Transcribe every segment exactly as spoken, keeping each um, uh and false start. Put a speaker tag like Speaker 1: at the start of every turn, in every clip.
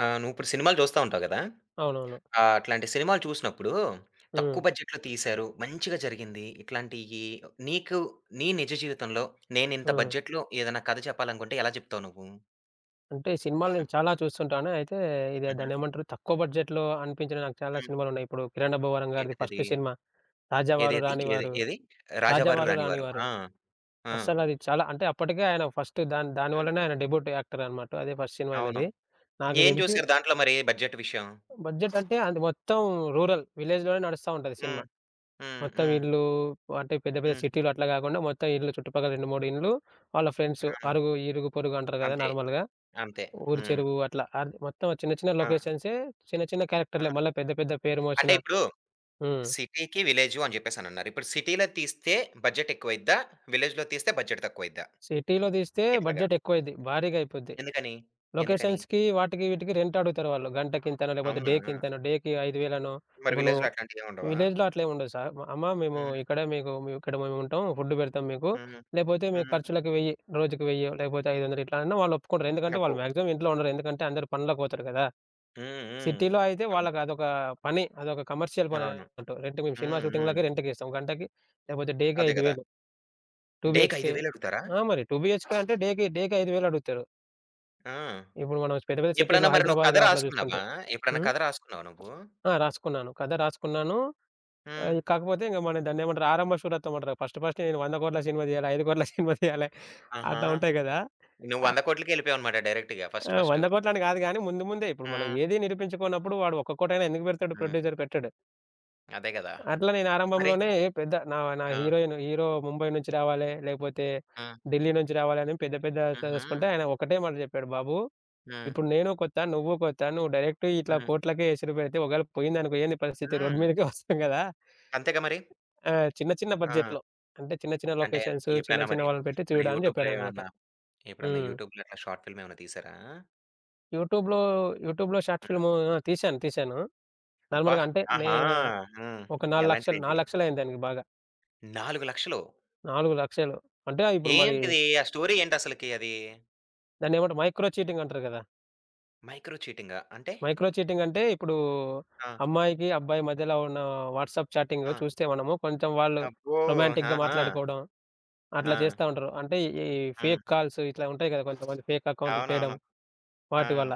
Speaker 1: ఆ! నువ్విప్పుడు సినిమాలు చూస్తా ఉంటావు గదా!
Speaker 2: అవునవును.
Speaker 1: ఆ! అట్లాంటి సినిమాలు చూసినప్పుడు,
Speaker 2: హ్మ్.
Speaker 1: తక్కువ బడ్జెట్‌లో తీశారు, మంచిగా జరిగింది. ఇట్లాంటియి నీకు నీ నిజ జీవితంలో నేనింత
Speaker 2: హ్మ్.
Speaker 1: బడ్జెట్‌లో ఏదైనా కథ చెప్పాలనుకుంటే ఎలా చెప్తావు నువ్వు?
Speaker 2: అంటే సినిమాలు
Speaker 1: హ్మ్.
Speaker 2: నేను చాలా చూస్తుంటాను. అయితే ఇది
Speaker 1: హుహు.
Speaker 2: దాన్నేమంటారు తక్కువ బడ్జెట్‌లో అనిపించిన నాకు చాలా
Speaker 1: హ్మ్.
Speaker 2: సినిమాలున్నాయి. ఇప్పుడు 'కిరణ్ అబ్బవరం' గారిది ఫస్ట్
Speaker 1: ఏంటిదది?
Speaker 2: సినిమా 'రాజావారు
Speaker 1: ఏదేది? ఏది
Speaker 2: రానివారు',
Speaker 1: ఏది? 'రాజావారు
Speaker 2: 'రాజావారు
Speaker 1: రాణివారు.'
Speaker 2: రానివారు'
Speaker 1: ఆ! ఆ!
Speaker 2: అస్సలది చాలా అంటే అప్పటికే ఆయన ఫస్ట్ దాని దాని
Speaker 1: హ్మ్.
Speaker 2: వల్లనే ఆయన డెబ్యూట్ యాక్టర్ అన్నమాట. అదే ఫస్ట్ సినిమా
Speaker 1: అవును.
Speaker 2: ఆయనది. నాకు
Speaker 1: ఏం
Speaker 2: తెలిసి
Speaker 1: చూసారు దాంట్లో మరి బడ్జెట్ విషయం?
Speaker 2: బడ్జెట్ అంటే అది మొత్తం రూరల్ విలేజ్‌లోనే నడుస్తా ఉంటది సినిమా.
Speaker 1: హ్మ్. హ్మ్.
Speaker 2: మొత్తం
Speaker 1: హ్మ్.
Speaker 2: ఇల్లు అంటే పెద్ద పెద్ద
Speaker 1: హ్మ్.
Speaker 2: సిటీలు అట్లా కాకుండా మొత్తం ఇల్లు చుట్టుపక్కల రెండు, మూడు ఇండ్లు వాళ్ళ ఫ్రెండ్స్,
Speaker 1: ఆ!
Speaker 2: అరుగు, ఇరుగు పొరుగు అంటారు కదా!
Speaker 1: అంతే.
Speaker 2: నార్మల్‌గా.
Speaker 1: అంతే.
Speaker 2: ఊరి
Speaker 1: హ్మ్.
Speaker 2: చెరువు అట్లా. ఆహ్, మొత్తం చిన్న చిన్న
Speaker 1: ఆ!
Speaker 2: లొకేషన్సే, చిన్న చిన్న
Speaker 1: ఆ!
Speaker 2: క్యారెక్టర్‌లే. మళ్ళా పెద్ద పెద్ద పేరు మోసిన.
Speaker 1: అంటే ఇప్పుడు
Speaker 2: హ్మ్.
Speaker 1: సిటీకి, విలేజు అని జెప్పేసనన్నారు. ఇప్పుడు సిటీలో తీస్తే బడ్జెట్ ఎక్కువయిద్దా? విలేజ్‌లో తీస్తే బడ్జెట్ తక్కువయిద్దా?
Speaker 2: సిటీలో తీస్తే
Speaker 1: ఎట్లాగా?
Speaker 2: బడ్జెట్ ఎక్కువైద్ది. భారీగా అయిపోద్ది.
Speaker 1: ఎందుకని? ఎందుకని?
Speaker 2: లొకేషన్స్‌కి వాటికి వీటికి రెంట్ అడుగుతారు వాళ్ళు. గంటకింతనో లేకపోతే
Speaker 1: అవునా?
Speaker 2: డేకింతనో, డేకి 5,000నో.
Speaker 1: మరి
Speaker 2: ఇప్పుడు నువ్వు
Speaker 1: విలేజ్‌లో అట్లాంటియేముండవా?
Speaker 2: విలేజ్‌లో అట్లేమి ఉండదు సార్. మ- అమ్మ మేము
Speaker 1: హ్మ్.
Speaker 2: ఇక్కడే మీకు మీ- ఇక్కడ మేముంటాం. ఫుడ్ పెడతాం మీకు.
Speaker 1: హ్మ్.
Speaker 2: లేకపోతే మీ
Speaker 1: హ్మ్.
Speaker 2: ఖర్చులకి వెయ్యి, రోజుకి వెయ్యి, లేకపోతే ఐదు వందలు ఇట్లా అన్నా వాళ్ళు ఒప్పుకుంటారు. ఎందుకంటే
Speaker 1: అబ్బో!
Speaker 2: వాళ్ళు మాక్సిమం ఇంట్లో ఉండరు. ఎందుకంటే అందరూ పనులకి పోతారు కదా!
Speaker 1: హ్మ్. హ్మ్.
Speaker 2: సిటీలో అయితే
Speaker 1: అవును.
Speaker 2: వాళ్ళకి అదొక పని. అదొక కమర్షియల్ పని
Speaker 1: అవును.
Speaker 2: అన్నట్టు. రెంట్‌కి మేము సినిమా
Speaker 1: హ్మ్. హ్మ్.
Speaker 2: షూటింగ్‌లకే రెంట్‌కిస్తాం. గంటకి లేకపోతే డేకి
Speaker 1: అదే గదా!
Speaker 2: ఐదు వేలు, టూ
Speaker 1: డేకి
Speaker 2: బీహెచ్‌కే.
Speaker 1: ఐదు వేలు అడుగుతారా?
Speaker 2: ఆ! మరి టూ బీహెచ్‌కే అంటే డేకి, డేకి ఐదు వేలు అడుగుతారు.
Speaker 1: ఆ!
Speaker 2: ఇప్పుడు మనం పెద్ద పెద్ద సిటీలో
Speaker 1: ఎప్పుడన్నా మరి నువ్వు కథ
Speaker 2: హైదరాబాద్‌లో అట్లా చూసుకుంటే.
Speaker 1: రాసుకున్నావా? ఎప్పుడన్నా
Speaker 2: హ్మ్.
Speaker 1: కథ రాసుకున్నావా నువ్వు?
Speaker 2: ఆ! రాసుకున్నాను. కథ రాసుకున్నాను.
Speaker 1: హ్మ్.
Speaker 2: ఆహ్, కాకపోతే ఇంక మన దాన్నేమంటారు ఆరంభ శూరత్వం అంటారు. ఫస్ట్ ఫస్ట్ నేను వంద కోట్ల సినిమా తీయాలి, ఐదు కోట్ల సినిమా తీయాలి,
Speaker 1: ఆహా!
Speaker 2: అట్లా ఉంటాయి కదా!
Speaker 1: నువ్వు
Speaker 2: ఆ!
Speaker 1: వంద కోట్లకే ఎళ్ళిపోయావనమాట డైరెక్ట్‌గా
Speaker 2: ఆ!
Speaker 1: First first.
Speaker 2: వంద కోట్లు అని కాదు గానీ ముందు ముందే ఇప్పుడు మనం
Speaker 1: హ్మ్.
Speaker 2: ఏది నిరూపించుకోనప్పుడు వాడు ఒక్క కోటైనా ఎందుకు పెడతాడు?
Speaker 1: హ్మ్.
Speaker 2: ప్రొడ్యూసర్ పెట్టడు.
Speaker 1: అదే గదా!
Speaker 2: అట్లా నేను
Speaker 1: మరి?
Speaker 2: ఆరంభంలోనే పెద్ద నా నా
Speaker 1: ఆ!
Speaker 2: హీరోయిన్, హీరో ముంబై నుంచి రావాలే, లేకపోతే
Speaker 1: ఆ!
Speaker 2: ఢిల్లీ నుంచి రావాలే అని పెద్ద పెద్ద చదుసుకుంటే
Speaker 1: హుహు.
Speaker 2: ఆయన ఒకటే మాట చెప్పాడు. బాబు,
Speaker 1: హ్మ్.
Speaker 2: ఇప్పుడు నేను కొత్త, నువ్వు కొత్త. నువ్వు డైరెక్ట్ ఇట్లా
Speaker 1: హ్మ్.
Speaker 2: కోట్లకే ఎసురు పెడితే ఒకవేళ పోయిందనుకో ఏంది పరిస్థితి? రోడ్డు
Speaker 1: హ్మ్.
Speaker 2: మీదకే వస్తాం కదా!
Speaker 1: అంతేగా మరి.
Speaker 2: ఆహ్, చిన్న చిన్న
Speaker 1: ఆ!
Speaker 2: బడ్జెట్‌లో, అంటే చిన్న చిన్న
Speaker 1: అంటే
Speaker 2: లొకేషన్స్, చిన్న
Speaker 1: ఎప్పుడైనా
Speaker 2: చిన్న
Speaker 1: మరి,
Speaker 2: వాళ్ళని పెట్టి
Speaker 1: మరి
Speaker 2: చూడు అని
Speaker 1: యూట్యూబ్‌లో
Speaker 2: చెప్పాడనమాట.
Speaker 1: ఏమన్నా ఎప్పుడన్నా
Speaker 2: హ్మ్.
Speaker 1: యూట్యూబ్‌లో అట్లా షార్ట్ ఫిల్మ్ ఏమైనా తీసారా?
Speaker 2: యూట్యూబ్‌లో, యూట్యూబ్‌లో షార్ట్ ఫిల్మ్ ఆ! తీశాను. తీశాను.
Speaker 1: అబ్బా!
Speaker 2: నార్మల్‌గా అంటే నే
Speaker 1: ఆహా! హ్మ్.
Speaker 2: ఒక 4,00,000
Speaker 1: ఎలాంటిదేంటి?
Speaker 2: 4,00,000 అయింది దానికి బాగా.
Speaker 1: నాలుగు లక్షలు
Speaker 2: నాలుగు లక్షలు అంటే ఇప్పుడు మరి
Speaker 1: ఏంటిది? ఆ స్టోరీ ఏంటసలకి అది?
Speaker 2: దాన్నేమంటారు మైక్రో చీటింగ్ అంటారు గదా!
Speaker 1: మైక్రో చీటింగా? అంటే?
Speaker 2: మైక్రో చీటింగ్ అంటే ఇప్పుడు
Speaker 1: ఆ!
Speaker 2: అమ్మాయికి, అబ్బాయి మధ్యలో ఉన్న వాట్సాప్ చాటింగ్
Speaker 1: ఆ!
Speaker 2: చూస్తే మనము కొంచెం వాళ్ళు
Speaker 1: అబ్బో!
Speaker 2: రొమాంటిక్‌గా
Speaker 1: ఆహా!
Speaker 2: మాట్లాడుకోవడం అట్లా
Speaker 1: ఆ!
Speaker 2: చేస్తా ఉంటారు. అంటే ఈ ఫేక్
Speaker 1: హ్మ్.
Speaker 2: కాల్స్ ఇట్లా ఉంటాయి గదా! కొంతమంది ఫేక్ అకౌంట్లు చేయడం
Speaker 1: అవునవును. ఆ!
Speaker 2: వాటి వల్ల.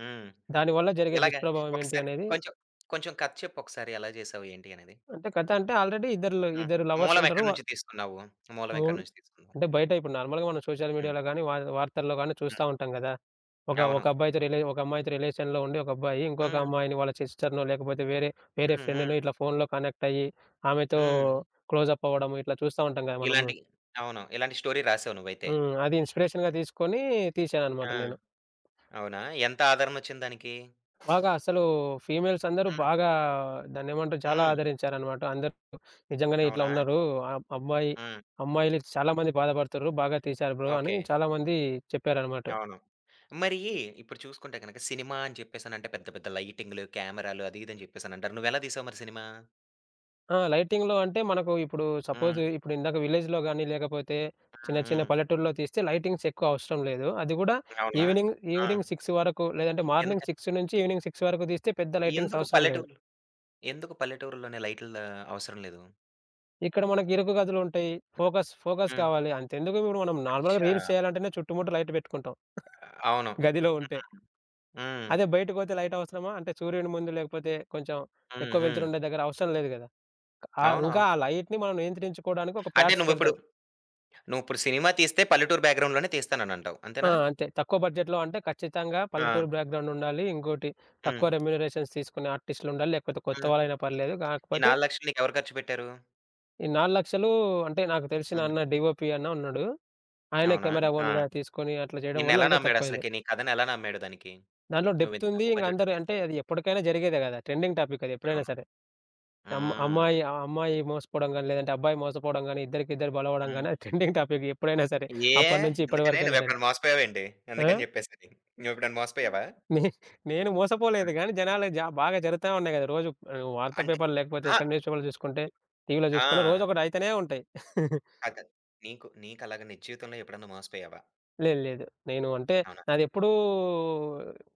Speaker 1: హ్మ్.
Speaker 2: దానివల్ల జరిగే
Speaker 1: ఎలాగా?
Speaker 2: దుష్ప్రభావం ఏంటి
Speaker 1: ఒకసారి
Speaker 2: అనేది.
Speaker 1: కొంచెం, కొంచెం కథ చెప్పు ఒకసారి ఎలా చేసావు? ఏంటి అనేది?
Speaker 2: అంటే కథ అంటే ఆల్రెడీ ఇద్దరు
Speaker 1: హ్మ్.
Speaker 2: ఇద్దరు లవర్స్
Speaker 1: మూలం
Speaker 2: ఉంటారు.
Speaker 1: ఎక్కడి నుంచి తీసుకున్నావు? మూలం
Speaker 2: అవును.
Speaker 1: ఎక్కడి నుంచి తీసుకున్నావు?
Speaker 2: అంటే బయట ఇప్పుడు నార్మల్‌గా మనం సోషల్
Speaker 1: హ్మ్.
Speaker 2: మీడియాలో గాని, వా వార్తల్లో గాని చూస్తా ఉంటాం గదా! ఒక ఒక
Speaker 1: అవును.
Speaker 2: అబ్బాయితో రిలే ఒక అమ్మాయితో రిలేషన్‌లో ఉండి, ఒక అబ్బాయి ఇంకొక
Speaker 1: హ్మ్.
Speaker 2: అమ్మాయిని వాళ్ళ సిస్టర్‌నో, లేకపోతే వేరే వేరే
Speaker 1: హ్మ్. హ్మ్.
Speaker 2: ఫ్రెండ్‌నో ఇట్లా ఫోన్‌లో కనెక్ట్ అయ్యి, ఆమెతో
Speaker 1: హ్మ్.
Speaker 2: క్లోజప్ అవ్వడం ఇట్లా చూస్తా ఉంటాం గదా! మనము.
Speaker 1: ఇలాంటి అవును. ఇలాంటి స్టోరీ రాసావు నువ్వైతే.
Speaker 2: హ్మ్. అది ఇన్స్‌పిరేషన్‌గా తీసుకొని తీశాననమాట నేను.
Speaker 1: ఆ! అవునా? ఎంత ఆదరణొచ్చింది దానికి?
Speaker 2: బాగా అసలు ఫీమేల్స్ అందరూ
Speaker 1: హ్మ్.
Speaker 2: బాగా దాన్నేమంటారు చాలా
Speaker 1: హ్మ్.
Speaker 2: ఆదరించారనమాట. అందరూ నిజంగానే ఇట్లా
Speaker 1: అవునా?
Speaker 2: ఉన్నారు. అబ్ అమ్మాయి
Speaker 1: హ్మ్.
Speaker 2: అమ్మాయిలు చాలా మంది బాధపడుతుర్రు. బాగా తీశారు బ్రో అని
Speaker 1: ఓకే.
Speaker 2: చాలామంది చెప్పారనమాట.
Speaker 1: అవును. మరి ఇప్పుడు చూసుకుంటే గనక సినిమా అని చెప్పేసనంటే పెద్ద పెద్ద లైటింగ్‌లు, కెమెరాలు అది ఇది అని చెప్పేసనంటారు. నువ్వెలా తీసావు మరి సినిమా?
Speaker 2: ఆ! లైటింగ్‌లో అంటే మనకు ఇప్పుడు సపోజ్
Speaker 1: హ్మ్.
Speaker 2: ఇప్పుడు ఇందాక విలేజ్‌లో గాని, లేకపోతే చిన్న
Speaker 1: హ్మ్.
Speaker 2: చిన్న
Speaker 1: హ్మ్.
Speaker 2: పల్లెటూరులో తీస్తే లైటింగ్స్ ఎక్కువ అవసరం లేదు. అది గూడా
Speaker 1: అవునా?
Speaker 2: ఈవినింగ్,
Speaker 1: ఆ!
Speaker 2: ఈవినింగ్ ఆరు వరకు, లేదంటే మార్నింగ్
Speaker 1: ఎందుకని?
Speaker 2: ఆరు నుంచి ఈవినింగ్ ఆరు వరకు తీస్తే పెద్ద లైటింగ్స్
Speaker 1: ఎందుకు
Speaker 2: అవసరం లేదు.
Speaker 1: పల్లెటూరులో ఎందుకు పల్లెటూరులోనే లైట్‌ల అవసరం లేదు?
Speaker 2: ఇక్కడ మనకి ఇరుకు గదులు ఉంటాయి. ఫోకస్, ఫోకస్
Speaker 1: హ్మ్.
Speaker 2: కావాలి. అంతెందుకు ఇప్పుడు మనం నార్మల్‌గా
Speaker 1: అచ్చా!
Speaker 2: రీల్స్ చేయాలంటేనే చుట్టుముట్టు లైట్ పెట్టుకుంటాం.
Speaker 1: అవును.
Speaker 2: గదిలో ఉంటే.
Speaker 1: హ్మ్.
Speaker 2: అదే బయటకొతే లైట్ అవసరమా? అంటే సూర్యుని ముందు లేకపోతే కొంచెం
Speaker 1: హ్మ్.
Speaker 2: ఎక్కువ
Speaker 1: హ్మ్.
Speaker 2: వెలుతురు ఉండే దగ్గర అవసరం లేదు గదా! ఆహ్, ఇంకా
Speaker 1: అవునవును.
Speaker 2: ఆ లైట్‌ని మనం నియంత్రించుకోవడానికి ఒక
Speaker 1: అంటే
Speaker 2: ప్యాడ్స్
Speaker 1: నువ్విప్పుడు
Speaker 2: పెడతాం.
Speaker 1: నువ్విప్పుడు సినిమా తీస్తే పల్లెటూరు బ్యాక్‌గ్రౌండ్‌లోనే తీస్తాననంటావు.
Speaker 2: ఆ!
Speaker 1: అంతేనా?
Speaker 2: అంతే. తక్కువ బడ్జెట్‌లో అంటే ఖచ్చితంగా
Speaker 1: ఆ!
Speaker 2: పల్లెటూరు బ్యాక్‌గ్రౌండ్ ఉండాలి. ఇంకోటి,
Speaker 1: హ్మ్.
Speaker 2: తక్కువ రెమ్యూనరేషన్స్ తీసుకునే ఆర్టిస్ట్‌లు ఉండాలి. లేకపోతే కొత్త
Speaker 1: హ్మ్.
Speaker 2: వాళ్ళైనా పర్లేదు.
Speaker 1: ఈ
Speaker 2: కాకపోతే
Speaker 1: నాలుగు లక్షలు నీకెవరు ఖర్చు పెట్టారు?
Speaker 2: ఈ నాలుగు లక్షలు అంటే నాకు తెలిసిన
Speaker 1: హ్మ్.
Speaker 2: అన్న, డీఓపీ అన్న ఉన్నాడు. ఆయన
Speaker 1: అవునా?
Speaker 2: కెమెరా
Speaker 1: ఆ!
Speaker 2: ఓన్‌గా తీసుకొని అట్లా చేయడం వల్ల
Speaker 1: నిన్నెలా
Speaker 2: ఇంకా తక్కువైంది.
Speaker 1: నమ్మాడసలకి? నీ కథనెలా నమ్మాడు దానికి?
Speaker 2: దాంట్లో డెప్త్
Speaker 1: నువ్వింత
Speaker 2: ఉంది.
Speaker 1: తక్కువ
Speaker 2: ఇంక
Speaker 1: బడ్జెట్‌లో
Speaker 2: అందరూ అంటే
Speaker 1: తీస్తావని?
Speaker 2: అది ఎప్పటికైనా జరిగేదే కదా! ట్రెండింగ్ టాపిక్ అది ఎప్పుడైనా
Speaker 1: అవును.
Speaker 2: సరే. అమ్
Speaker 1: హ్మ్.
Speaker 2: అమ్మాయి ఆ అమ్మాయి మోసపోవడం గాని, లేదంటే అబ్బాయి మోసపోవడం గాని, ఇద్దరికిద్దరు బలవడం
Speaker 1: హ్మ్.
Speaker 2: గాని, అది ట్రెండింగ్ టాపిక్ ఎప్పుడైనా సరే.
Speaker 1: ఏ
Speaker 2: అప్పటి నుంచి ఇప్పటి
Speaker 1: ఎందుకని?
Speaker 2: వరకైనా సరే.
Speaker 1: నువ్వెప్పుడైనా మోసపోయావేంటి?
Speaker 2: ఆ!
Speaker 1: అందుకని జెప్పేసని. నువ్వెప్పుడైనా మోసపోయావా?
Speaker 2: నే నేను
Speaker 1: ఆ!
Speaker 2: మోసపోలేదు గానీ, జనాలు జ బాగా జరుగుతా ఉన్నాయి గదా! రోజు, ఆహ్, వార్తా
Speaker 1: అంటే
Speaker 2: పేపర్‌లు లేకపోతే
Speaker 1: ఆ!
Speaker 2: ఎక్కడ న్యూస్ పేపర్‌లో చూసుకుంటే, టీవీలో చూసుకున్న
Speaker 1: ఆ!
Speaker 2: రోజొకటి అయితేనే ఉంటాయి.
Speaker 1: అదే. నీకు నీకలాగా నిజ జీవితంలో ఎప్పుడన్నా మోసపోయావా?
Speaker 2: లేదు, లేదు. నేను అంటే
Speaker 1: అవునా?
Speaker 2: నాదెప్పుడూ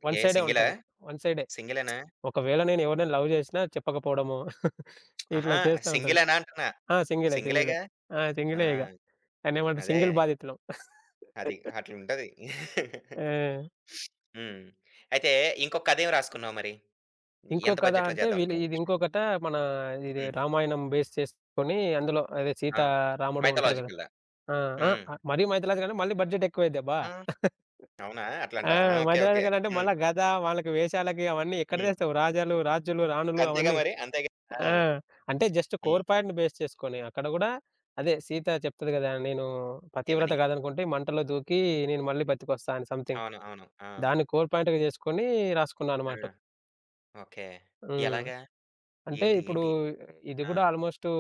Speaker 2: వన్
Speaker 1: ఏ
Speaker 2: సైడే
Speaker 1: సింగిలా?
Speaker 2: ఉంటది. వన్ సైడే.
Speaker 1: సింగిలేనా?
Speaker 2: ఒకవేళ నేను ఎవరినైనా లవ్ చేసినా చెప్పకపోవడమో ఇట్లా
Speaker 1: అహా!
Speaker 2: చేస్తా ఉంటది.
Speaker 1: సింగిలేనా అంటున్నా?
Speaker 2: ఆ! సింగిలే, సింగిలే.
Speaker 1: సింగిలేగా?
Speaker 2: ఆ!
Speaker 1: ఆ!
Speaker 2: సింగిలే ఇగ. దాన్నేమంటారు
Speaker 1: అదే.
Speaker 2: సింగిల్ బాధితులం.
Speaker 1: అది. అట్లుంటది.
Speaker 2: ఆ!
Speaker 1: హ్మ్. అయితే ఇంకొక కథేం రాసుకున్నావు మరి?
Speaker 2: ఇంకో
Speaker 1: ఎంత
Speaker 2: కథ
Speaker 1: బడ్జెట్‌లో
Speaker 2: అంటే
Speaker 1: చేద్దాం
Speaker 2: వీళ్ళు
Speaker 1: అనుకున్నావు
Speaker 2: ఇది
Speaker 1: నెక్స్టు?
Speaker 2: ఇంకొకట, మన ఇది
Speaker 1: హ్మ్.
Speaker 2: రామాయణం బేస్ చేసుకొని అందులో అదే
Speaker 1: ఆ!
Speaker 2: సీతా, రాముడు ఉంటారు గదా!
Speaker 1: మైథలాజికల్‌లా.
Speaker 2: ఆ! ఆ!
Speaker 1: హ్మ్.
Speaker 2: ఆహ్, మరీ మైథిలాజ్ గాని మళ్ళీ బడ్జెట్ ఎక్కువైద్ది అబ్బా!
Speaker 1: ఆ! అవునా?
Speaker 2: ఆ!
Speaker 1: అట్లాంటా? ఆ! ఓకే.
Speaker 2: మైథిలాజ్
Speaker 1: ఓకే.
Speaker 2: గారంటే
Speaker 1: హ్మ్.
Speaker 2: మళ్ళా గద, వాళ్ళకి వేషాలకి అవన్నీ ఎక్కడ
Speaker 1: హ్మ్.
Speaker 2: తెస్తావు? రాజాలు, రాజులు, రాణులు
Speaker 1: అంతేగా
Speaker 2: అవన్నీ.
Speaker 1: మరి. అంతేగా. ఆ!
Speaker 2: ఆ! అంటే జస్ట్
Speaker 1: హ్మ్.
Speaker 2: కోర్ పాయింట్‌ని బేస్ చేసుకొని అక్కడ గూడా అదే సీత చెప్తది గదా! నేను పతివ్రత
Speaker 1: ఏమని?
Speaker 2: గాదనుకుంటే మంటలో దూకి నేను మళ్ళీ బతికొస్తా అని సంథింగ్.
Speaker 1: అవును. అవును. ఆ!
Speaker 2: దాన్ని కోర్ పాయింట్‌గా జేసుకొని రాసుకున్నా
Speaker 1: ఆ!
Speaker 2: అనమాట.
Speaker 1: ఓకే.
Speaker 2: హ్మ్.
Speaker 1: ఎలాగా?
Speaker 2: అంటే
Speaker 1: ఏంటి?
Speaker 2: ఇప్పుడు
Speaker 1: ఏంటి?
Speaker 2: ఇది
Speaker 1: ఆ!
Speaker 2: గూడా ఆల్‌మోస్టు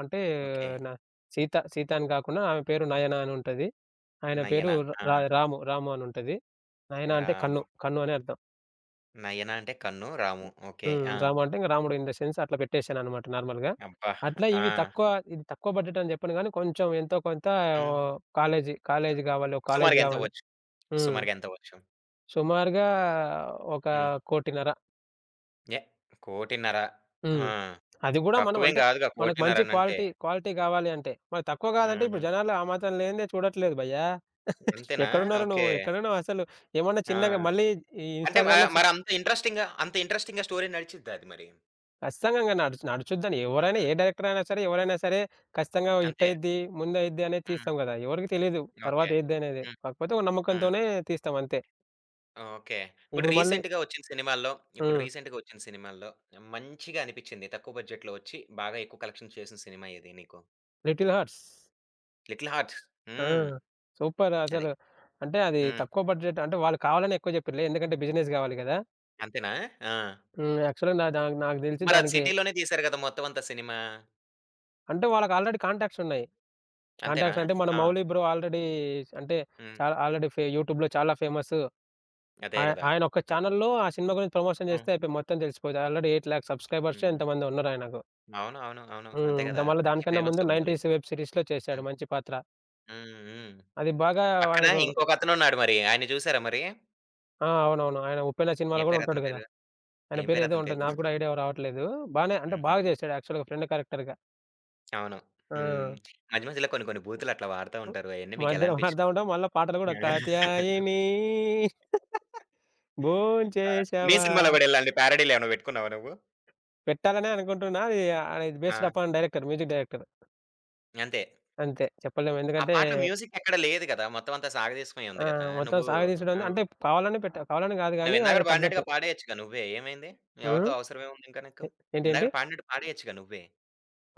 Speaker 2: అంటే
Speaker 1: ఓకే.
Speaker 2: నా, సీత, సీత అని గాకుండా ఆమె పేరు నయన అని ఉంటది. ఆయన పేరు
Speaker 1: నయన. ఆ!
Speaker 2: రా రాము, రాము అని ఉంటది. నయన అంటే
Speaker 1: రాము.
Speaker 2: కన్ను, కన్ను అని అర్థం.
Speaker 1: నయన అంటే కన్ను. రాము. ఓకే.
Speaker 2: హ్మ్.
Speaker 1: ఆ!
Speaker 2: రాము అంటే ఇంక రాముడు ఇన్ ద సెన్స్ అట్లా పెట్టేసాననమాట నార్మల్‌గా.
Speaker 1: అబ్బా!
Speaker 2: అట్లా
Speaker 1: ఆ!
Speaker 2: ఇవి తక్కువ, ఇది తక్కువ బడ్జెట్ అని జెప్పను గానీ కొంచెం ఎంతో కొంత,
Speaker 1: హ్మ్.
Speaker 2: ఆహ్, కాలేజీ, కాలేజీ గావాలి. ఒక కాలేజీ
Speaker 1: సుమారుగా
Speaker 2: గావాలి.
Speaker 1: ఎంతవ్వచ్చు?
Speaker 2: హ్మ్.
Speaker 1: సుమారుగా ఎంతవ్వచ్చు?
Speaker 2: సుమారుగా ఒక
Speaker 1: హ్మ్.
Speaker 2: 1,50,00,000.
Speaker 1: ఎ కోటిన్నర
Speaker 2: హ్మ్.
Speaker 1: ఆ!
Speaker 2: అది గూడా మనం
Speaker 1: తక్కువేం
Speaker 2: అంటే,
Speaker 1: గాదుగా
Speaker 2: మనకు
Speaker 1: కోటిన్నర
Speaker 2: మంచి
Speaker 1: అనంటే.
Speaker 2: క్వాలిటీ, క్వాలిటీ గావాలి అంటే, మరి తక్కువ గాదంటే,
Speaker 1: హ్మ్.
Speaker 2: ఇప్పుడు జనాలు ఆ మాత్రం లేనిదే చూడట్లేదు భయ్యా.
Speaker 1: అంతేనా?
Speaker 2: ఎక్కడున్నారు
Speaker 1: ఓకే.
Speaker 2: నువ్వు? ఎక్కడున్నావు అసలు? ఏమన్నా
Speaker 1: ఆ!
Speaker 2: చిన్నగా మళ్ళీ ఈ
Speaker 1: అంటే మ
Speaker 2: ఇన్‌స్టాగ్రామ్‌లో చి
Speaker 1: మరంత ఇంట్రెస్టింగ్‌గా అంత ఇంట్రెస్టింగ్‌గా స్టోరీ నడిచిద్దా అది మరి?
Speaker 2: ఖచ్చితంగా ఇంగ నడుచు నడుచుద్దని, ఎవరైనా,
Speaker 1: హుహు.
Speaker 2: ఏ డైరెక్టర్ అయినా సరే, ఎవరైనా సరే ఖచ్చితంగా హిట్
Speaker 1: అంతే.
Speaker 2: అయిద్ది, ముందయిద్ది అనేది
Speaker 1: హ్మ్.
Speaker 2: తీస్తాం గదా! ఎవరికీ తెలీదు తర్వాత
Speaker 1: ఓకే.
Speaker 2: అయిద్ది అనేది.
Speaker 1: హ్మ్.
Speaker 2: కాకపోతే ఒక
Speaker 1: హ్మ్.
Speaker 2: నమ్మకంతోనే తీస్తాం అంతే.
Speaker 1: ఓకే. ఇప్పుడు
Speaker 2: ఇప్పుడు మళ్ళీ
Speaker 1: రీసెంట్‌గా ఒచ్చిన సినిమాల్లో, ఇప్పుడు
Speaker 2: హ్మ్.
Speaker 1: రీసెంట్‌గా ఒచ్చిన సినిమాల్లో మంచిగా అనిపిచ్చింది. తక్కువ బడ్జెట్‌లో ఒచ్చి బాగా ఎక్కువ కలెక్షన్స్ చేసిన సినిమా ఏది నీకు?
Speaker 2: 'Little hearts'.
Speaker 1: 'Little hearts'.
Speaker 2: ఆ!
Speaker 1: హ్మ్.
Speaker 2: సూపర్
Speaker 1: అది.
Speaker 2: అసలు. అంటే అది
Speaker 1: హ్మ్.
Speaker 2: తక్కువ బడ్జెట్ అంటే వాళ్ళు కావాలనే ఎక్కువ జెప్పిర్రులే. ఎందుకంటే బిజినెస్ గావాలి గదా!
Speaker 1: అంతేనా? ఆ!
Speaker 2: హ్మ్. యాక్చువల్‌గా నా దానికి నాకు దెలిసి
Speaker 1: మరది
Speaker 2: దానికి
Speaker 1: సిటీలోనే తీశారు గదా! మొత్తం అంతా సినిమా.
Speaker 2: అంటే వాళ్ళకి ఆల్రెడీ కాంటాక్ట్స్ ఉన్నాయి.
Speaker 1: అంతేనా?
Speaker 2: కాంటాక్ట్స్ అంటే మన
Speaker 1: ఆ!
Speaker 2: మౌలి బ్రో ఆల్రెడీ అంటే
Speaker 1: హ్మ్.
Speaker 2: చాలా ఆల్రెడీ ఫే యూట్యూబ్‌లో చాలా ఫేమస్.
Speaker 1: అదే
Speaker 2: ఆయ
Speaker 1: గదా!
Speaker 2: ఆయన ఒక్క
Speaker 1: ఆ!
Speaker 2: ఛానెల్‌లో ఆ సినిమా గురించి ప్రమోషన్
Speaker 1: హ్మ్.
Speaker 2: జేస్తే అయిపోయి మొత్తం తెలిసిపోద్ది. ఆల్రెడీ ఎనిమిది లక్షల సబ్‌స్క్రైబర్సో
Speaker 1: హ్మ్.
Speaker 2: ఎంతమందో ఉన్నారాయనకు.
Speaker 1: అవును. అవును. అవును. అంతే
Speaker 2: హ్మ్. ద
Speaker 1: గదా!
Speaker 2: మళ్ళా
Speaker 1: మంచి
Speaker 2: దానికన్నా
Speaker 1: ఫేమస్
Speaker 2: ముందు
Speaker 1: మూవీ.
Speaker 2: తొంభైల వెబ్ సీరీస్‌లో చేశాడు
Speaker 1: హ్మ్.
Speaker 2: మంచి పాత్ర.
Speaker 1: హ్మ్. హ్మ్.
Speaker 2: అది బాగా
Speaker 1: పక్కన
Speaker 2: ఆయనకు.
Speaker 1: ఇంకొకతనున్నాడు మరి. ఆయన్ని చూసారా మరి?
Speaker 2: ఆ! అవునవును. ఆయన 'ఉప్పెన' సినిమాలో
Speaker 1: ఏం
Speaker 2: గూడా
Speaker 1: పేరు
Speaker 2: ఉంటాడు
Speaker 1: అతని
Speaker 2: గదా!
Speaker 1: పేరు?
Speaker 2: ఆయన
Speaker 1: ఏం పేరు
Speaker 2: పేరేదో
Speaker 1: అతని
Speaker 2: ఉంటది.
Speaker 1: పేరు?
Speaker 2: నాకు గూడా ఐడియా రావట్లేదు. బానే అంటే
Speaker 1: హుహు.
Speaker 2: బాగా జేశాడు యాక్చువల్‌గా ఫ్రెండ్ క్యారెక్టర్‌గా.
Speaker 1: అవును.
Speaker 2: ఆ!
Speaker 1: హ్మ్. మధ్య మధ్యలో కొన్ని కొన్ని బూతులు అట్లా వాడుతా ఉంటారు. అయన్నీ మీకెలా
Speaker 2: మధ్యలో పాడుతా
Speaker 1: అనిపిచ్చినియి?
Speaker 2: ఉంటాం. మళ్ళా పాటలు గూడా కాత్యాయిని
Speaker 1: ఆ! నీ
Speaker 2: భోంచేశావా
Speaker 1: సినిమాలో గూడా ఇలాంటి పారడీలేమన్నా బెట్టుకున్నావా నువ్వు?
Speaker 2: పెట్టాలనే అనుకుంటున్నా. అది, ఆహ్, ఇది
Speaker 1: ఆ!
Speaker 2: Based upon director, music director.
Speaker 1: అంతే.
Speaker 2: అంతే చెప్పలేము.
Speaker 1: ఆ
Speaker 2: ఎందుకంటే
Speaker 1: పాటలో మ్యూజిక్ ఎక్కడ లేదు గదా! మొత్తం అంతా సాగదీసుకునే
Speaker 2: ఆ!
Speaker 1: ఉంది గదా!
Speaker 2: మొత్తం
Speaker 1: నువ్వు
Speaker 2: సాగదీసడం
Speaker 1: ఆ!
Speaker 2: అంటే కావాలనే పెట్టా, కావాలని గాదు
Speaker 1: నువ్వు
Speaker 2: గానీ
Speaker 1: ఇందాకడ
Speaker 2: ఆయనకు తగ్గట్టు.
Speaker 1: పాడినట్టుగా పాడేయచ్చుగా నువ్వే. ఏమైంది?
Speaker 2: హ్మ్.
Speaker 1: ఎవరితో అవసరమేముంది ఇంకా నీకు?
Speaker 2: ఎ ఏంటి? ఏంటి?
Speaker 1: ఇందాకడ పాడినట్టు పాడేయచ్చుగా నువ్వే.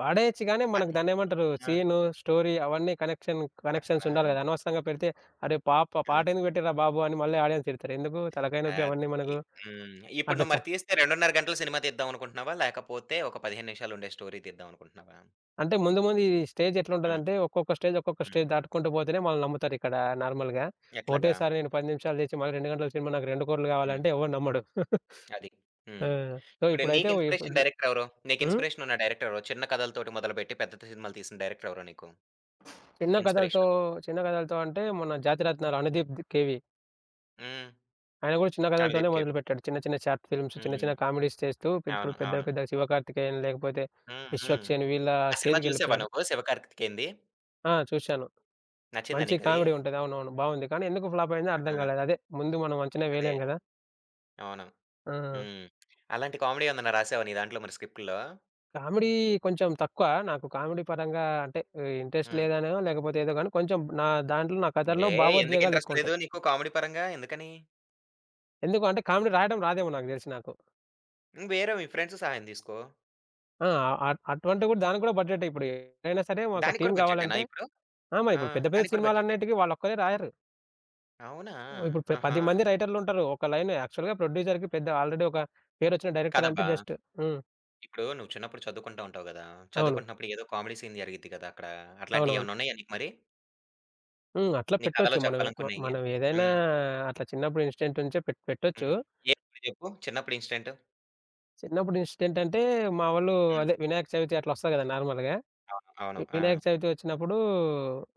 Speaker 2: పాడేయొచ్చు గానీ మనకు
Speaker 1: కాతే
Speaker 2: దాన్నేమంటారు?
Speaker 1: ఆ!
Speaker 2: సీను, స్టోరీ అవన్నీ కనెక్షన్ కనెక్షన్స్
Speaker 1: అట్లానా?
Speaker 2: ఉండాలి గదా! అనవసరంగా పెడితే అరే! పాప
Speaker 1: ఆ!
Speaker 2: పాట ఎందుకు పెట్టిర్రా బాబు అని మళ్ళీ ఆడియన్స్ తిడతారు. ఎందుకు తలకాయ నొప్పి
Speaker 1: అది.
Speaker 2: అవన్నీ మనకు?
Speaker 1: హ్మ్. ఇప్పుడు
Speaker 2: అట్లా
Speaker 1: నువ్వు
Speaker 2: చ
Speaker 1: మరి తీస్తే రెండున్నర గంటల సినిమా తీద్దాం అనుకుంటున్నావా? లేకపోతే ఒక పదిహేను నిమిషాలు ఉండే స్టోరీ తీద్దాం అనుకుంటున్నావా?
Speaker 2: అంటే ముందు, ముందు ఈ స్టేజ్
Speaker 1: హ్మ్.
Speaker 2: ఎట్లుంటదంటే, ఒక్కొక్క స్టేజ్, ఒక్కొక్క
Speaker 1: హ్మ్.
Speaker 2: స్టేజ్ దాటుకుంటూ పోతేనే మనల్ని నమ్ముతారిక్కడ నార్మల్‌గా.
Speaker 1: ఎట్లాగా?
Speaker 2: ఒకటేసారి నేను పది నిమిషాలు చేసి, మళ్ళీ రెండు గంటల సినిమా నాకు రెండు కోట్లు
Speaker 1: హ్మ్.
Speaker 2: కావాలంటే ఎవడు నమ్మడు.
Speaker 1: అది. హ్మ్.
Speaker 2: ఆ! సో,
Speaker 1: ఇప్పుడు
Speaker 2: ఇప్పుడైతే
Speaker 1: నీకు ఇన్‌స్పిరేషన్
Speaker 2: ఇప్పుడు
Speaker 1: డైరెక్టర్ ఎవరు? నీకు
Speaker 2: హ్మ్.
Speaker 1: ఇన్‌స్పిరేషన్ ఉన్న డైరెక్టర్ ఎవరు? చిన్న కథలతోటి మొదలుపెట్టి పెద్ద సినిమాలు తీసిన డైరెక్టర్ ఎవరు నీకు?
Speaker 2: చిన్న కథలతో,
Speaker 1: ఇన్‌స్పిరేషన్?
Speaker 2: చిన్న కథలతో అంటే మన జాతిరత్నాలు
Speaker 1: హ్మ్.
Speaker 2: అనుదీప్ ది కేవి.
Speaker 1: హ్మ్.
Speaker 2: ఆయన కూడా చిన్న కథలతోనే
Speaker 1: 'అనుదీప్ కేవి.'
Speaker 2: మొదలుపెట్టాడు. చిన్న, చిన్న షార్ట్ ఫిల్మ్స్, చిన్న,
Speaker 1: హ్మ్.
Speaker 2: చిన్న కామెడీస్ చేస్తూ ఇప్పుడు
Speaker 1: అవును.
Speaker 2: పెద్ద,
Speaker 1: అవును.
Speaker 2: పెద్ద 'శివకార్తికేయన్' లేకపోతే
Speaker 1: హ్మ్. హ్మ్.
Speaker 2: 'విశ్వక్సేన్' వీళ్ళ
Speaker 1: ఆ సినిమా చూసావా
Speaker 2: స్టేజ్‌కెళ్ళిపోయాడు.
Speaker 1: నువ్వు 'శివకార్తికేయన్‌ది'?
Speaker 2: ఆ! చూశాను.
Speaker 1: నచ్చిందా
Speaker 2: మంచి
Speaker 1: నీకది?
Speaker 2: కామెడీ ఉంటది. అవునవును. బావుంది. కానీ ఎందుకు ఫ్లాప్ అయిందో అర్థం
Speaker 1: ఆ!
Speaker 2: కాలేదు. అదే ముందు మనం అంచనా
Speaker 1: అదే.
Speaker 2: వేయలేం కదా!
Speaker 1: అవును.
Speaker 2: ఆ!
Speaker 1: హ్మ్. అలాంటి కామెడీ ఏమన్నా రాసావా నీ దాంట్లో మరి స్క్రిప్ట్‌లో?
Speaker 2: కామెడీ కొంచెం తక్కువ. నాకు కామెడీ పరంగా అంటే, ఆహ్, ఇంట్రెస్ట్
Speaker 1: హ్మ్.
Speaker 2: లేదనో, లేకపోతే ఏదో గాని, కొంచెం నా దాంట్లో నా కథల్లో
Speaker 1: ఏ ఎందుకు
Speaker 2: భావోద్వేగాలు
Speaker 1: ఇంట్రెస్ట్ లేదు
Speaker 2: ఎక్కువుంటాయి.
Speaker 1: నీకు కామెడీ పరంగా ఎందుకని?
Speaker 2: ఎందుకు అంటే కామెడీ రాయడం రాదేమో నాకు తెలిసి నాకు.
Speaker 1: హ్మ్. వేరే మీ ఫ్రెండ్స్ సహాయం తీసుకో.
Speaker 2: ఆ! అట్ అటువంటివి గూడా దానికి గూడా బడ్జెటే, ఇప్పుడు ఎట్లైనా సరే ఒక
Speaker 1: దానికి
Speaker 2: టీమ్
Speaker 1: కూడా బడ్జెటేనా
Speaker 2: గావాలంటే.
Speaker 1: ఇప్పుడు?
Speaker 2: ఆ! మరి
Speaker 1: ఆ!
Speaker 2: ఇప్పుడు పెద్ద పెద్ద
Speaker 1: దానికి కూడా బడ్జెటే.
Speaker 2: సినిమాలన్నిటికి వాళ్ళొక్కరే రాయరు.
Speaker 1: అవునా?
Speaker 2: ఇప్పుడు పె
Speaker 1: ఆహా!
Speaker 2: పది మంది రైటర్లుంటారు. ఒక లైన్ యాక్చువల్‌గా ప్రొడ్యూసర్‌కి పెద్ద ఆల్రెడీ ఒక పేరొచ్చిన డైరెక్టర్ అంటే
Speaker 1: కాదబ్బా!
Speaker 2: జస్ట్. హ్మ్.
Speaker 1: ఇప్పుడు నువ్వు చిన్నప్పుడు చదువుకుంటా ఉంటావు గదా!
Speaker 2: అవును.
Speaker 1: చదువుకుంటున్నప్పుడు ఏదో కామెడీ సీన్ జరిగిద్ది కదా! అక్కడ. అట్లాంటియి
Speaker 2: అవునవును.
Speaker 1: ఏమన్నా ఉన్నాయా నీకు మరి?
Speaker 2: హ్మ్. అట్లా
Speaker 1: నీ కథలో
Speaker 2: పెట్టొచ్చు. మనమే మ
Speaker 1: చెప్పాలనుకున్నయ్యి?
Speaker 2: మనం ఏదైనా,
Speaker 1: హ్మ్.
Speaker 2: అట్లా చిన్నప్పుడు ఇన్సిడెంట్ నుంచే పెట్ పెట్టొచ్చు.
Speaker 1: హ్మ్. ఏది చెప్పు చిన్నప్పుడు ఇన్సిడెంట్?
Speaker 2: చిన్నప్పుడు ఇన్సిడెంట్ అంటే, మా వాళ్ళు
Speaker 1: హ్మ్.
Speaker 2: అదే వినాయక చవితి అట్లా వస్తది కదా! నార్మల్‌గా.
Speaker 1: అవును. అవును.
Speaker 2: వి
Speaker 1: ఆ!
Speaker 2: వినాయక చవితి వచ్చినప్పుడు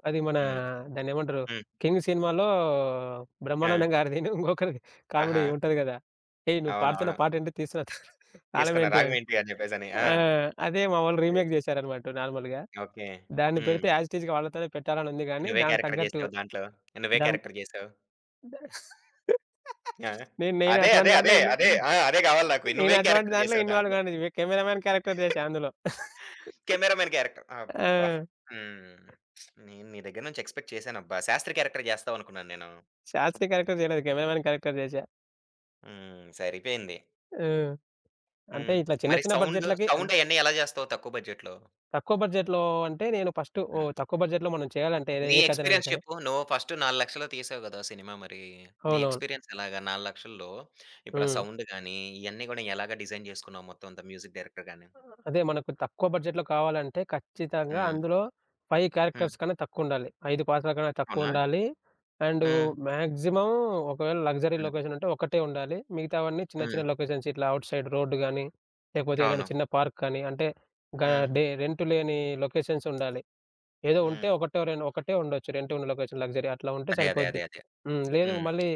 Speaker 2: అది మన
Speaker 1: హ్మ్.
Speaker 2: దాన్నేమంటారు
Speaker 1: హ్మ్.
Speaker 2: 'కింగ్' సినిమాలో
Speaker 1: ఆ!
Speaker 2: బ్రహ్మానందం గారిదిను ఇంకొకరిది కామెడీ
Speaker 1: ఆహా!
Speaker 2: ఉంటది కదా! "ఏయ్! నువ్వు పాడుతున్న
Speaker 1: అవునవును.
Speaker 2: పాటేంటి? తీస్తున్న
Speaker 1: తీసుకున్న
Speaker 2: తాళమేంటి?" అని.
Speaker 1: 'రాఘవేంటి' అని జెప్పేసని. ఆ!
Speaker 2: ఆ! అదే మా వాళ్ళు
Speaker 1: అది.
Speaker 2: రీమేక్ చేశారన్నమాట నార్మల్‌గా.
Speaker 1: ఓకే.
Speaker 2: దాన్ని
Speaker 1: హ్మ్.
Speaker 2: పెడితే యాజ్ ఇట్ ఈజ్‌గా వాళ్ళతోనే పెట్టాలని ఉంది గానీ,
Speaker 1: నువ్వే
Speaker 2: దానికి
Speaker 1: క్యారెక్టర్
Speaker 2: తగ్గట్టు
Speaker 1: జేసావు దాంట్లో. నువ్వే
Speaker 2: దాన్
Speaker 1: క్యారెక్టర్ జేసావు. ఆ!
Speaker 2: నేను నేను
Speaker 1: అదే.
Speaker 2: అటువంటి
Speaker 1: అదే.
Speaker 2: దాంట్లో
Speaker 1: అదే.
Speaker 2: ఇన్వా
Speaker 1: అదే. ఆ! అదే గావాలి నాకు.
Speaker 2: నేను
Speaker 1: నువ్వేం
Speaker 2: అటువంటి
Speaker 1: క్యారెక్టర్
Speaker 2: దాంట్లో
Speaker 1: జేసావు
Speaker 2: ఇన్వాల్వ్
Speaker 1: దాంట్లో?
Speaker 2: గాను. కెమెరామాన్ క్యారెక్టర్ చేశా అందులో.
Speaker 1: Cameramen character. అబ్బా!
Speaker 2: ఆ!
Speaker 1: హ్మ్. నేను నీ దగ్గర నుంచి ఎక్స్‌పెక్ట్ చేశానబ్బా! శాస్త్రి క్యారెక్టర్ జేస్తావనుకున్నాను నేను.
Speaker 2: శాస్త్రి క్యారెక్టర్ చేయలేదు. కెమెరామాన్ క్యారెక్టర్ చేశా.
Speaker 1: హ్మ్. సరిపోయింది.
Speaker 2: హ్మ్. అంటే
Speaker 1: హ్మ్.
Speaker 2: ఇట్లా చిన్న
Speaker 1: మరి
Speaker 2: చిన్న
Speaker 1: సౌండు,
Speaker 2: బడ్జెట్‌లకి అంటే,
Speaker 1: సౌండ్ అయన్నీ ఎలా జేస్తావు తక్కువ బడ్జెట్‌లో?
Speaker 2: తక్కువ బడ్జెట్‌లో అంటే నేను ఫస్ట్ ఓ తక్కువ బడ్జెట్‌లో మనం చేయాలంటే
Speaker 1: నీ
Speaker 2: ఏ కథనైనా
Speaker 1: ఎక్స్‌పీరియన్స్
Speaker 2: సరే.
Speaker 1: చెప్పు. నువ్వు ఫస్ట్ నాలుగు లక్షల్లో తీసావు గదా! సినిమా మరి. నీ
Speaker 2: అవునవును.
Speaker 1: ఎక్స్‌పీరియన్స్ ఎలాగా? నాలుగు లక్షల్లో ఇప్పుడు ఆ
Speaker 2: హ్మ్.
Speaker 1: సౌండ్ గాని, ఇయన్నీ గూడా ఎలాగా డిజైన్ జేసుకున్నావు మొత్తం అంతా మ్యూజిక్ డైరెక్టర్ గాని?
Speaker 2: అదే మనకు తక్కువ బడ్జెట్‌లో కావాలంటే ఖచ్చితంగా
Speaker 1: హ్మ్.
Speaker 2: అందులో ఐదు
Speaker 1: హ్మ్.
Speaker 2: క్యారెక్టర్స్ కన్నా తక్కువుండాలి. ఐదు పాత్రల కన్నా
Speaker 1: అవునా?
Speaker 2: తక్కువుండాలి. అండ్
Speaker 1: హ్మ్.
Speaker 2: మాక్సిమం, ఒకవేళ లగ్జరీ
Speaker 1: హ్మ్.
Speaker 2: లొకేషన్ ఉంటే ఒకటే ఉండాలి. మిగతావన్నీ చిన్న
Speaker 1: హ్మ్.
Speaker 2: చిన్న లొకేషన్స్, ఇట్లా ఔట్ సైడ్ రోడ్ గాని, లేకపోతే ఏదైనా
Speaker 1: అవును.
Speaker 2: చిన్న పార్క్ కానీ, అంటే గా
Speaker 1: హ్మ్.
Speaker 2: డే రెంట్ లేని లొకేషన్స్ ఉండాలి. ఏదో ఉంటే
Speaker 1: హ్మ్.
Speaker 2: ఒకటో రెం ఒకటే ఉండొచ్చు. రెంట్ ఉన్న లొకేషన్ లగ్జరీ అట్లా ఉంటే
Speaker 1: అదే. అదే. అదే.
Speaker 2: సరిపోద్ది.
Speaker 1: అదే.
Speaker 2: హ్మ్. లేదు
Speaker 1: హ్మ్.
Speaker 2: మళ్ళీ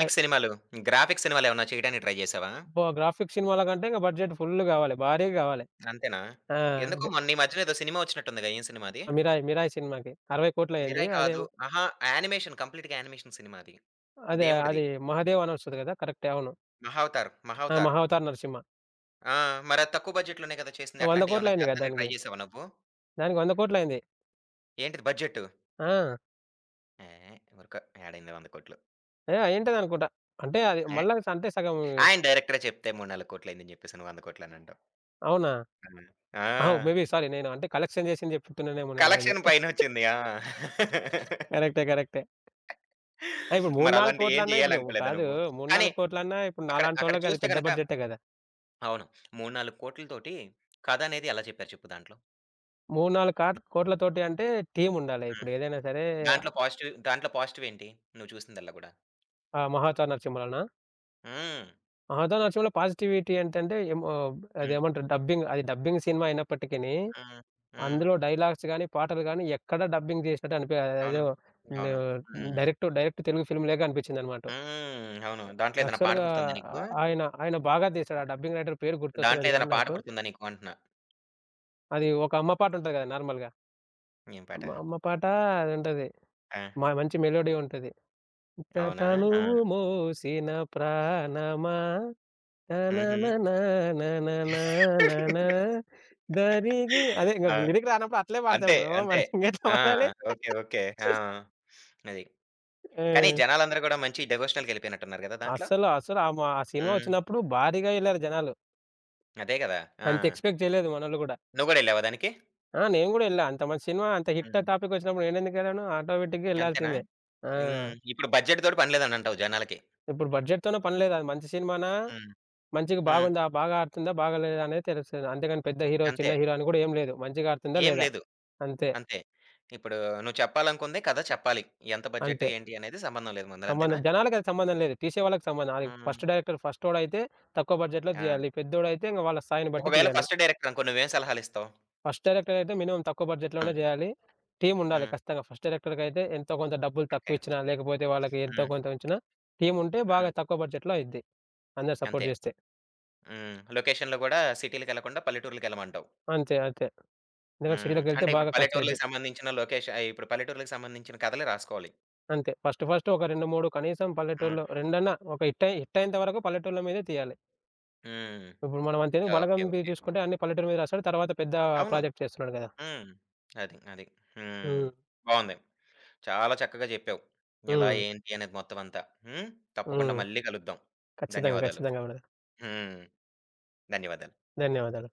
Speaker 2: లై
Speaker 1: సినిమాలు, గ్రాఫిక్స్ సినిమాలేమన్నా చేయడానికి ట్రై జేసావా?
Speaker 2: అబ్బా! గ్రాఫిక్స్ సినిమాల కంటే ఇంక బడ్జెట్ ఫుల్ గావాలి. భారీగా గావాలి.
Speaker 1: అంతేనా?
Speaker 2: ఆ!
Speaker 1: ఎందుకో మొన్న ఈ మధ్యన ఏదో సినిమా వచ్చినట్టుందిగా ఏం సినిమా అది?
Speaker 2: మిరాయి, 'మిరాయి' సినిమాకి అరవై కోట్లయింది.
Speaker 1: 'మిరాయ్' కాదు.
Speaker 2: అదేమో
Speaker 1: అహా! యానిమేషన్. కంప్లీట్‌గా యానిమేషన్ సినిమా అది.
Speaker 2: అదే
Speaker 1: దేవుడిది.
Speaker 2: అది 'మహాదేవ్' అని వస్తది కదా! కరెక్టే, అవును.
Speaker 1: 'మహావతార్'.
Speaker 2: ఆ!
Speaker 1: 'మహావతార్.'
Speaker 2: 'మహావతార్ నరసింహ'
Speaker 1: ఆ! మరది తక్కువ బడ్జెట్‌లోనే కదా! చేసింది.
Speaker 2: వంద
Speaker 1: అట్లాంటియేమన్నా
Speaker 2: కోట్లయింది కదా!
Speaker 1: చేద్దానికి ట్రై
Speaker 2: దానికి.
Speaker 1: జేసావా నువ్వు?
Speaker 2: దానికి వంద కోట్లయింది.
Speaker 1: ఏంటిది బడ్జెట్టు?
Speaker 2: ఆ!
Speaker 1: ఏహ్! ఊరుకో ఏడైంది వంద కోట్లు.
Speaker 2: ఏ అయ్యుంటదనుకుంటా. అంటే అది
Speaker 1: ఏహ్!
Speaker 2: మళ్ళా అంటే సగం,
Speaker 1: ఆయన డైరెక్టరే చెప్తే మూడు నాలుగు కోట్లు అయిందని జెప్పేసి నువ్వు వంద కోట్లు అని అంటావు.
Speaker 2: అవునా?
Speaker 1: హ్మ్. ఆ!
Speaker 2: అహో! మేబీ సారీ నేను అంటే కలెక్షన్ చేసింది చెప్తున్నానేమో నేను మేబీ.
Speaker 1: కలెక్షన్ పైనొచ్చింది. ఆ!
Speaker 2: కరెక్టే. కరెక్టే. ఆ! ఇప్పుడు మూడు, నాలుగు
Speaker 1: మరలాంటియేం
Speaker 2: కోట్లన్నా ఇప్పుడు
Speaker 1: జేయాలనుకోలేదా
Speaker 2: కాదు.
Speaker 1: నువ్వు?
Speaker 2: మూడు,
Speaker 1: కానీ
Speaker 2: నాలుగు కోట్లన్నా ఇప్పుడు
Speaker 1: అక్కడ అక్కడ
Speaker 2: నాలాంటోళ్ళకి అది
Speaker 1: చూస్తే
Speaker 2: పెద్ద
Speaker 1: గనక
Speaker 2: బడ్జెటే కదా!
Speaker 1: అవును. మూడు నాలుగు కోట్లు తోటి కథనేది ఎలా చెప్పారు చెప్పు దాంట్లో?
Speaker 2: మూడు, నాలుగు కాట్ కోట్లతోటి అంటే టీముండాలి.
Speaker 1: హ్మ్.
Speaker 2: ఇప్పుడు ఏదైనా సరే,
Speaker 1: దాంట్లో పాజిటివ్ దాంట్లో పాజిటివేంటి? నువ్వు చూసిందల్లా గూడా?
Speaker 2: ఆ 'మహావతార్ నరసింహలోనా',
Speaker 1: హ్మ్.
Speaker 2: 'ఆదా నరసింహలో' పాజిటివిటీ ఏంటంటే ఏమో
Speaker 1: హ్మ్.
Speaker 2: అదేమంటారు, డబ్బింగ్ అది డబ్బింగ్ సినిమా అయినప్పటికిని,
Speaker 1: హ్మ్. హ్మ్.
Speaker 2: అందులో డైలాగ్స్ గాని, పాటలు గాని ఎక్కడ డబ్బింగ్ చేసినట్టు అనిపియ
Speaker 1: అవును.
Speaker 2: అదేదో ను
Speaker 1: అవును. హ్మ్.
Speaker 2: డైరెక్ట్ డైరెక్ట్ తెలుగు ఫిల్మ్ లేగా అనిపించిందనమాట.
Speaker 1: హ్మ్. అవును. దాంట్లో ఏదైనా పాట
Speaker 2: యాక్చువల్‌గా
Speaker 1: గుర్తుందా
Speaker 2: ఆ
Speaker 1: నీకు?
Speaker 2: ఆయన ఆయన బాగా తీశాడు. ఆ డబ్బింగ్ రైటర్ పేరు
Speaker 1: దాంట్లో
Speaker 2: గుర్తొస్తలేదు గానీ
Speaker 1: ఏదైనా పాట
Speaker 2: నాకు.
Speaker 1: గుర్తుందా నీకు అంటున్నా?
Speaker 2: అది ఒక అమ్మ పాట ఉంటది కదా! నార్మల్‌గా.
Speaker 1: ఏం పాట?
Speaker 2: అమ్మ అమ్మ పాట అది ఉంటది.
Speaker 1: ఆ!
Speaker 2: మ మంచి మెలోడీ ఉంటది. త
Speaker 1: అవునా? ఆ!
Speaker 2: తనువు మోసిన ప్రాణమా
Speaker 1: హుహు.
Speaker 2: తననననననననన దరిగి, అదే ఇంక
Speaker 1: ఆ!
Speaker 2: లిరిక్ రానప్పుడు అట్లే పాడతాం
Speaker 1: అంతే.
Speaker 2: బ్రో. మరి
Speaker 1: అంతే.
Speaker 2: ఇంకెట్లా
Speaker 1: ఆ!
Speaker 2: పాడాలి?
Speaker 1: ఓకే. ఓకే. ఆ! అది. కానీ
Speaker 2: ఆ!
Speaker 1: జనాలందరూ గూడా మంచి డెవోషనల్‌కెళ్ళిపోయినట్టున్నారు గదా! దాంట్లో?
Speaker 2: అస్సలు, అస్సలు ఆ మా ఆ సినిమా
Speaker 1: హ్మ్.
Speaker 2: వచ్చినప్పుడు భారీగా ఎళ్లారు జనాలు.
Speaker 1: అదే గదా! ఆ!
Speaker 2: అంత ఎక్స్‌పెక్ట్ చేయలేదు మనోళ్ళు గూడా.
Speaker 1: నువ్వు గూడా ఎళ్ళావా దానికి?
Speaker 2: ఆ! నేను గూడా ఎళ్ళా. అంత మంచి సినిమా, అంత హిట్
Speaker 1: హ్మ్.
Speaker 2: టాపిక్ వచ్చినప్పుడు నేనెందుకెళ్ళను? ఆటోమేటిక్‌గా
Speaker 1: అంతేనా?
Speaker 2: ఎళ్ళాల్సిందే. ఆ!
Speaker 1: హ్మ్. ఇప్పుడు బడ్జెట్‌తోటి పని లేదనంటావు జనాలకి.
Speaker 2: ఇప్పుడు బడ్జెట్‌తోనే పని లేదు. అది మంచి సినిమానా,
Speaker 1: హ్మ్.
Speaker 2: మంచిగా
Speaker 1: హ్మ్.
Speaker 2: బాగుందా, బాగా ఆడుతుందా, బాగాలేదా అనేది తెలుస్తది. అంతేగాని పెద్ద హీరో,
Speaker 1: అంతే.
Speaker 2: చిన్న హీరో అని గూడా ఏం లేదు. మంచిగా ఆడుతుందా
Speaker 1: ఏం
Speaker 2: లేదా?
Speaker 1: లేదు.
Speaker 2: అంతే.
Speaker 1: అంతే. ఇప్పుడు నువ్వు చెప్పాలనుకుంది కథ చెప్పాలి. ఎంత బడ్జెట్
Speaker 2: అంతే.
Speaker 1: ఏంటి అనేది సంబంధం లేదు ముందల. అంతేనా?
Speaker 2: సంబంధం జనాలకది సంబంధం లేదు. తీసే వాళ్ళకి సంబంధం. అది
Speaker 1: హ్మ్.
Speaker 2: ఫస్ట్ డైరెక్టర్ ఫస్టోడైతే తక్కువ బడ్జెట్‌లో
Speaker 1: ఆ!
Speaker 2: తీయాలి. పెద్దోడైతే ఇంక వాళ్ళ స్థాయిని బట్టి
Speaker 1: ఒకవేళ
Speaker 2: తీయాలి.
Speaker 1: ఫస్ట్ డైరెక్టర్ అనుకో నువ్వేం సలహాలిస్తావు?
Speaker 2: ఫస్ట్ డైరెక్టర్ అయితే మినిమమ్ తక్కువ బడ్జెట్‌లోనే
Speaker 1: హ్మ్.
Speaker 2: జేయాలి. టీముండాలి
Speaker 1: హ్మ్.
Speaker 2: ఖచ్చితంగా. ఫస్ట్ డైరెక్టర్‌కైతే ఎంతో కొంత డబ్బులు
Speaker 1: ఓకే.
Speaker 2: తక్కువిచ్చినా, లేకపోతే వాళ్ళకి ఎంతో
Speaker 1: హ్మ్.
Speaker 2: కొంత ఉంచినా టీముంటే
Speaker 1: హ్మ్.
Speaker 2: బాగా తక్కువ బడ్జెట్‌లో అయిద్ది. అందరు సపోర్ట్
Speaker 1: అంతే.
Speaker 2: జేస్తే.
Speaker 1: హ్మ్. లొకేషన్‌లో గూడా సిటీలకెళ్ళకుండా పల్లెటూర్లకెళ్ళమంటావు.
Speaker 2: అంతే. అంతే. ఎందుకంటే
Speaker 1: హ్మ్.
Speaker 2: సిటీలకెళ్తే
Speaker 1: అంటే ఇప్పుడు
Speaker 2: బాగా ఖర్చయిద్ది.
Speaker 1: పల్లెటూర్లకి సంబంధించిన లొకేష ఆహ్, ఇప్పుడు పల్లెటూర్లకి సంబంధించిన కథలే రాసుకోవాలి.
Speaker 2: అంతే. ఫస్ట్ ఫస్ట్ ఒక రెండు, మూడు కనీసం
Speaker 1: హ్మ్.
Speaker 2: పల్లెటూరులో రెండన్నా ఒక హిట్ అయి హిట్ అయ్యేంత వరకు పల్లెటూర్ల మీదే తీయాలి.
Speaker 1: హ్మ్.
Speaker 2: ఇప్పుడు మనం అంతెందుకు
Speaker 1: ఓకే.
Speaker 2: బలగం తీయి
Speaker 1: ఓకే.
Speaker 2: చూసుకుంటే అన్ని పల్లెటూరు మీద రాస్తాడు. తర్వాత పెద్ద
Speaker 1: అవును.
Speaker 2: ప్రాజెక్ట్ చేస్తున్నాడు గదా!
Speaker 1: హ్మ్. అది. అది. హ్మ్.
Speaker 2: హ్మ్.
Speaker 1: బావుంది. చాలా చక్కగా జెప్పావు. ఎలా
Speaker 2: హ్మ్.
Speaker 1: ఏంటి అనేది మొత్తం అంతా. హ్మ్. తప్పకుండా
Speaker 2: హ్మ్.
Speaker 1: మళ్ళీ కలుద్దాం.
Speaker 2: ఖచ్చితంగా.
Speaker 1: ధన్యవాదాలు.
Speaker 2: ఖచ్చితంగా. ఆవిడ.
Speaker 1: హ్మ్. ధన్యవాదాలు.
Speaker 2: ధన్యవాదాలు.